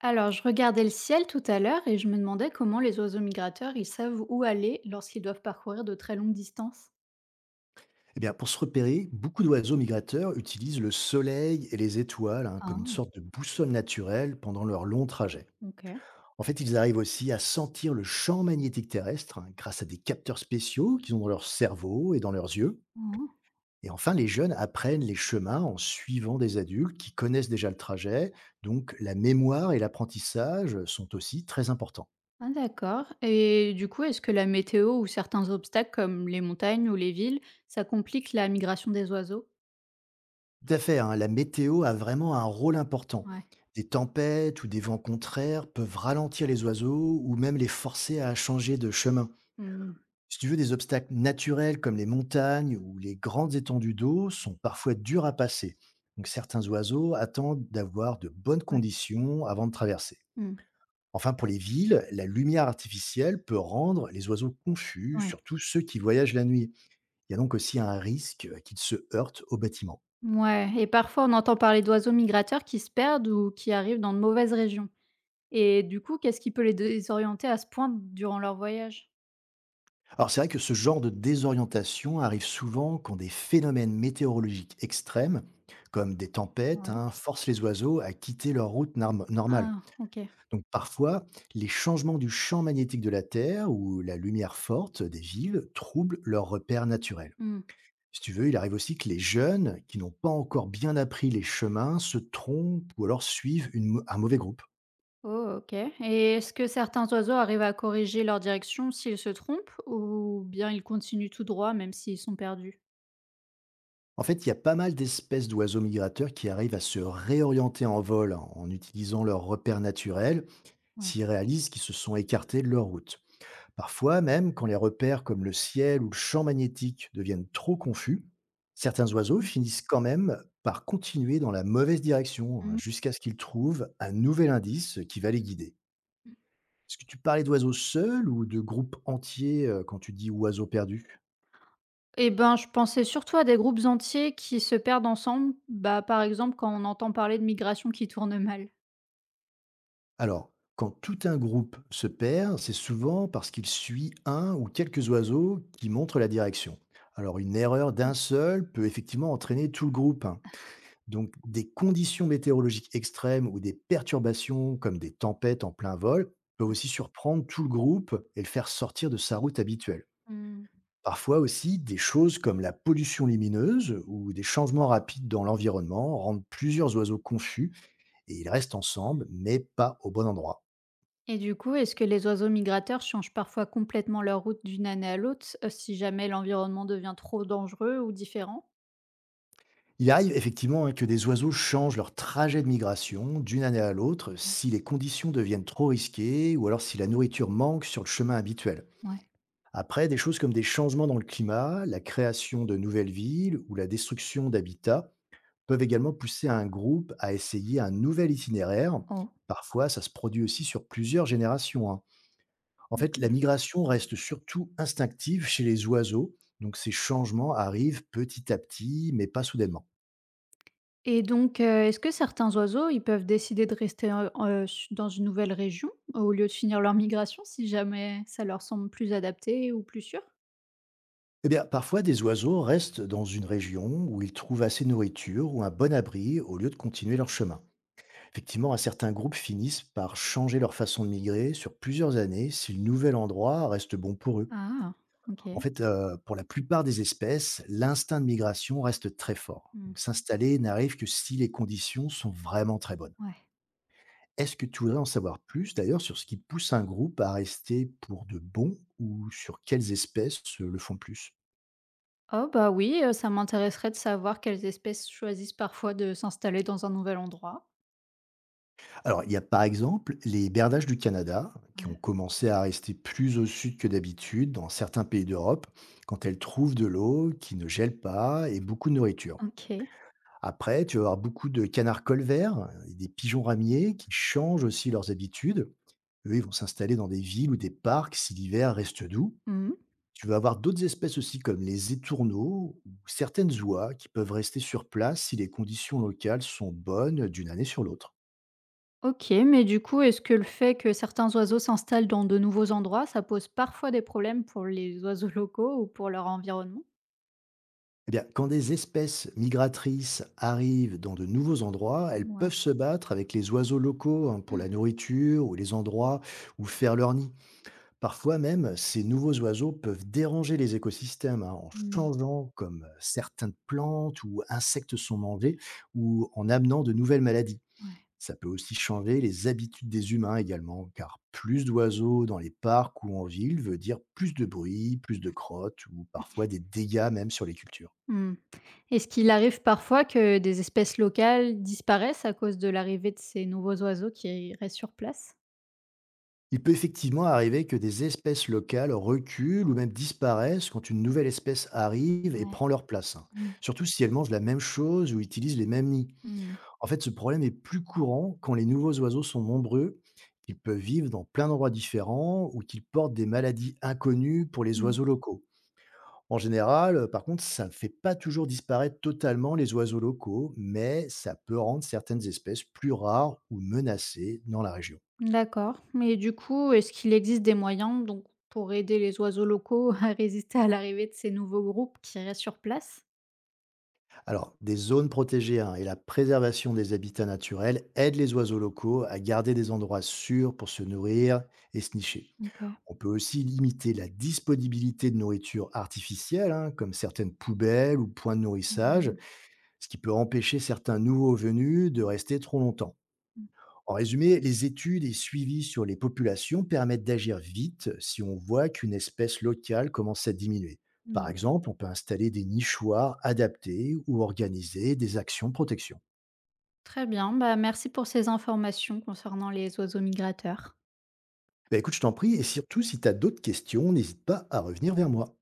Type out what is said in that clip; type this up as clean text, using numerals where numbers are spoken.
Alors, je regardais le ciel tout à l'heure et je me demandais comment les oiseaux migrateurs, ils savent où aller lorsqu'ils doivent parcourir de très longues distances. Eh bien, pour se repérer, beaucoup d'oiseaux migrateurs utilisent le soleil et les étoiles hein, comme une Ah, sorte de boussole naturelle pendant leur long trajet. ok. En fait, ils arrivent aussi à sentir le champ magnétique terrestre hein, grâce à des capteurs spéciaux qu'ils ont dans leur cerveau et dans leurs yeux. Ah, Et enfin, les jeunes apprennent les chemins en suivant des adultes qui connaissent déjà le trajet. Donc, la mémoire et l'apprentissage sont aussi très importants. ah, d'accord. Et du coup, est-ce que la météo ou certains obstacles comme les montagnes ou les villes, ça complique la migration des oiseaux? Tout à fait, hein, la météo a vraiment un rôle important. Ouais, Des tempêtes ou des vents contraires peuvent ralentir les oiseaux ou même les forcer à changer de chemin. hmm, Si tu veux, des obstacles naturels comme les montagnes ou les grandes étendues d'eau sont parfois durs à passer. Donc certains oiseaux attendent d'avoir de bonnes ouais, conditions avant de traverser. hmm, Enfin, pour les villes, la lumière artificielle peut rendre les oiseaux confus, ouais. surtout ceux qui voyagent la nuit. Il y a donc aussi un risque qu'ils se heurtent aux bâtiments. Ouais, et parfois on entend parler d'oiseaux migrateurs qui se perdent ou qui arrivent dans de mauvaises régions. Et du coup, qu'est-ce qui peut les désorienter à ce point durant leur voyage? Alors c'est vrai que ce genre de désorientation arrive souvent quand des phénomènes météorologiques extrêmes, comme des tempêtes, Ouais. hein, forcent les oiseaux à quitter leur route normale. Ah, ok. Donc parfois, les changements du champ magnétique de la Terre ou la lumière forte des villes troublent leurs repères naturels. Hmm. Si tu veux, il arrive aussi que les jeunes, qui n'ont pas encore bien appris les chemins, se trompent ou alors suivent un mauvais groupe. Oh, OK, et est-ce que certains oiseaux arrivent à corriger leur direction s'ils se trompent ou bien ils continuent tout droit même s'ils sont perdus? En fait, il y a pas mal d'espèces d'oiseaux migrateurs qui arrivent à se réorienter en vol en utilisant leurs repères naturels Ouais. s'ils réalisent qu'ils se sont écartés de leur route. Parfois, même quand les repères comme le ciel ou le champ magnétique deviennent trop confus, certains oiseaux Mmh. finissent quand même par continuer dans la mauvaise direction hein, Mmh. jusqu'à ce qu'ils trouvent un nouvel indice qui va les guider. Est-ce que tu parlais d'oiseaux seuls ou de groupes entiers quand tu dis oiseaux perdus? Eh ben, je pensais surtout à des groupes entiers qui se perdent ensemble, bah, par exemple quand on entend parler de migration qui tourne mal. Alors, quand tout un groupe se perd, c'est souvent parce qu'il suit un ou quelques oiseaux qui montrent la direction. Alors, une erreur d'un Oui, seul peut effectivement entraîner tout le groupe, hein. Donc, des conditions météorologiques extrêmes ou des perturbations comme des tempêtes en plein vol peuvent ouais. aussi surprendre tout le groupe et le faire sortir de sa route habituelle. Mmh. Parfois aussi, des choses comme la pollution lumineuse ou des changements rapides dans l'environnement rendent plusieurs oiseaux confus et ils restent ensemble, mais pas au bon endroit. Et du coup, est-ce que les oiseaux migrateurs changent parfois complètement leur route d'une année à l'autre, si jamais l'environnement devient trop dangereux ou différent? Il arrive effectivement hein, que des oiseaux changent leur trajet de migration d'une année à l'autre Mmh. si les conditions deviennent trop risquées ou alors si la nourriture manque sur le chemin habituel. Ouais. Après, des choses comme des changements dans le climat, la création de nouvelles villes ou la destruction d'habitats peuvent également pousser un groupe à essayer un nouvel itinéraire. Oh. Parfois, ça se produit aussi sur plusieurs générations, hein. En fait, la migration reste surtout instinctive chez les oiseaux, donc ces changements arrivent petit à petit, mais pas soudainement. Et donc, est-ce que certains oiseaux, ils peuvent décider de rester, s dans une nouvelle région au lieu de finir leur migration si jamais ça leur semble plus adapté ou plus sûr? Eh bien, parfois, des oiseaux restent dans une région où ils trouvent assez de nourriture ou un bon abri au lieu de continuer leur chemin. Effectivement, un certain groupe finissent par changer leur façon de migrer sur plusieurs années si le nouvel endroit reste bon pour eux. Ah! En OK. fait, pour la plupart des espèces, l'instinct de migration reste très fort. Mmh. Donc, s'installer n'arrive que si les conditions sont vraiment très bonnes. Ouais. Est-ce que tu voudrais en savoir plus d'ailleurs sur ce qui pousse un groupe à rester pour de bon ou sur quelles espèces le font plus? Oh bah, oui, ça m'intéresserait de savoir quelles espèces choisissent parfois de s'installer dans un nouvel endroit. Alors, il y a par exemple les berdages du Canada qui ont Ouais. commencé à rester plus au sud que d'habitude dans certains pays d'Europe quand elles trouvent de l'eau qui ne gèle pas et beaucoup de nourriture. OK. Après, tu vas avoir beaucoup de canards colverts et des pigeons ramiers qui changent aussi leurs habitudes. Eux, ils vont s'installer dans des villes ou des parcs si l'hiver reste doux. Mmh. Tu vas avoir d'autres espèces aussi comme les étourneaux ou certaines oies qui peuvent rester sur place si les conditions locales sont bonnes d'une année sur l'autre. OK, mais du coup, est-ce que le fait que certains oiseaux s'installent dans de nouveaux endroits, ça pose parfois des problèmes pour les oiseaux locaux ou pour leur environnement? Eh bien, quand des espèces migratrices arrivent dans de nouveaux endroits, elles Ouais. peuvent se battre avec les oiseaux locaux hein, pour la nourriture ou les endroits où faire leur nid. Parfois même, ces nouveaux oiseaux peuvent déranger les écosystèmes hein, en Mmh. changeant comme certaines plantes ou insectes sont mangés ou en amenant de nouvelles maladies. Ouais. Ça peut aussi changer les habitudes des humains également, car plus d'oiseaux dans les parcs ou en ville veut dire plus de bruit, plus de crottes ou parfois des dégâts même sur les cultures. Mmh. Est-ce qu'il arrive parfois que des espèces locales disparaissent à cause de l'arrivée de ces nouveaux oiseaux qui restent sur place? Il peut effectivement arriver que des espèces locales reculent ou même disparaissent quand une nouvelle espèce arrive et Ouais. prend leur place, hein, Mmh. surtout si elles mangent la même chose ou utilisent les mêmes nids. Mmh. En fait, ce problème est plus courant quand les nouveaux oiseaux sont nombreux, qu'ils peuvent vivre dans plein d'endroits différents ou qu'ils portent des maladies inconnues pour les Mmh. oiseaux locaux. En général, par contre, ça ne fait pas toujours disparaître totalement les oiseaux locaux, mais ça peut rendre certaines espèces plus rares ou menacées dans la région. D'accord. Mais du coup, est-ce qu'il existe des moyens donc pour aider les oiseaux locaux à résister à l'arrivée de ces nouveaux groupes qui restent sur place? Alors, des zones protégées hein, et la préservation des habitats naturels aident les oiseaux locaux à garder des endroits sûrs pour se nourrir et se nicher. OK. On peut aussi limiter la disponibilité de nourriture artificielle, hein, comme certaines poubelles ou points de nourrissage, Mmh. ce qui peut empêcher certains nouveaux venus de rester trop longtemps. En résumé, les études et suivis sur les populations permettent d'agir vite si on voit qu'une espèce locale commence à diminuer. Par Mmh. exemple, on peut installer des nichoirs adaptés ou organiser des actions de protection. Très bien, bah, merci pour ces informations concernant les oiseaux migrateurs. Ben écoute, je t'en prie, et surtout si tu as d'autres questions, n'hésite pas à revenir vers moi.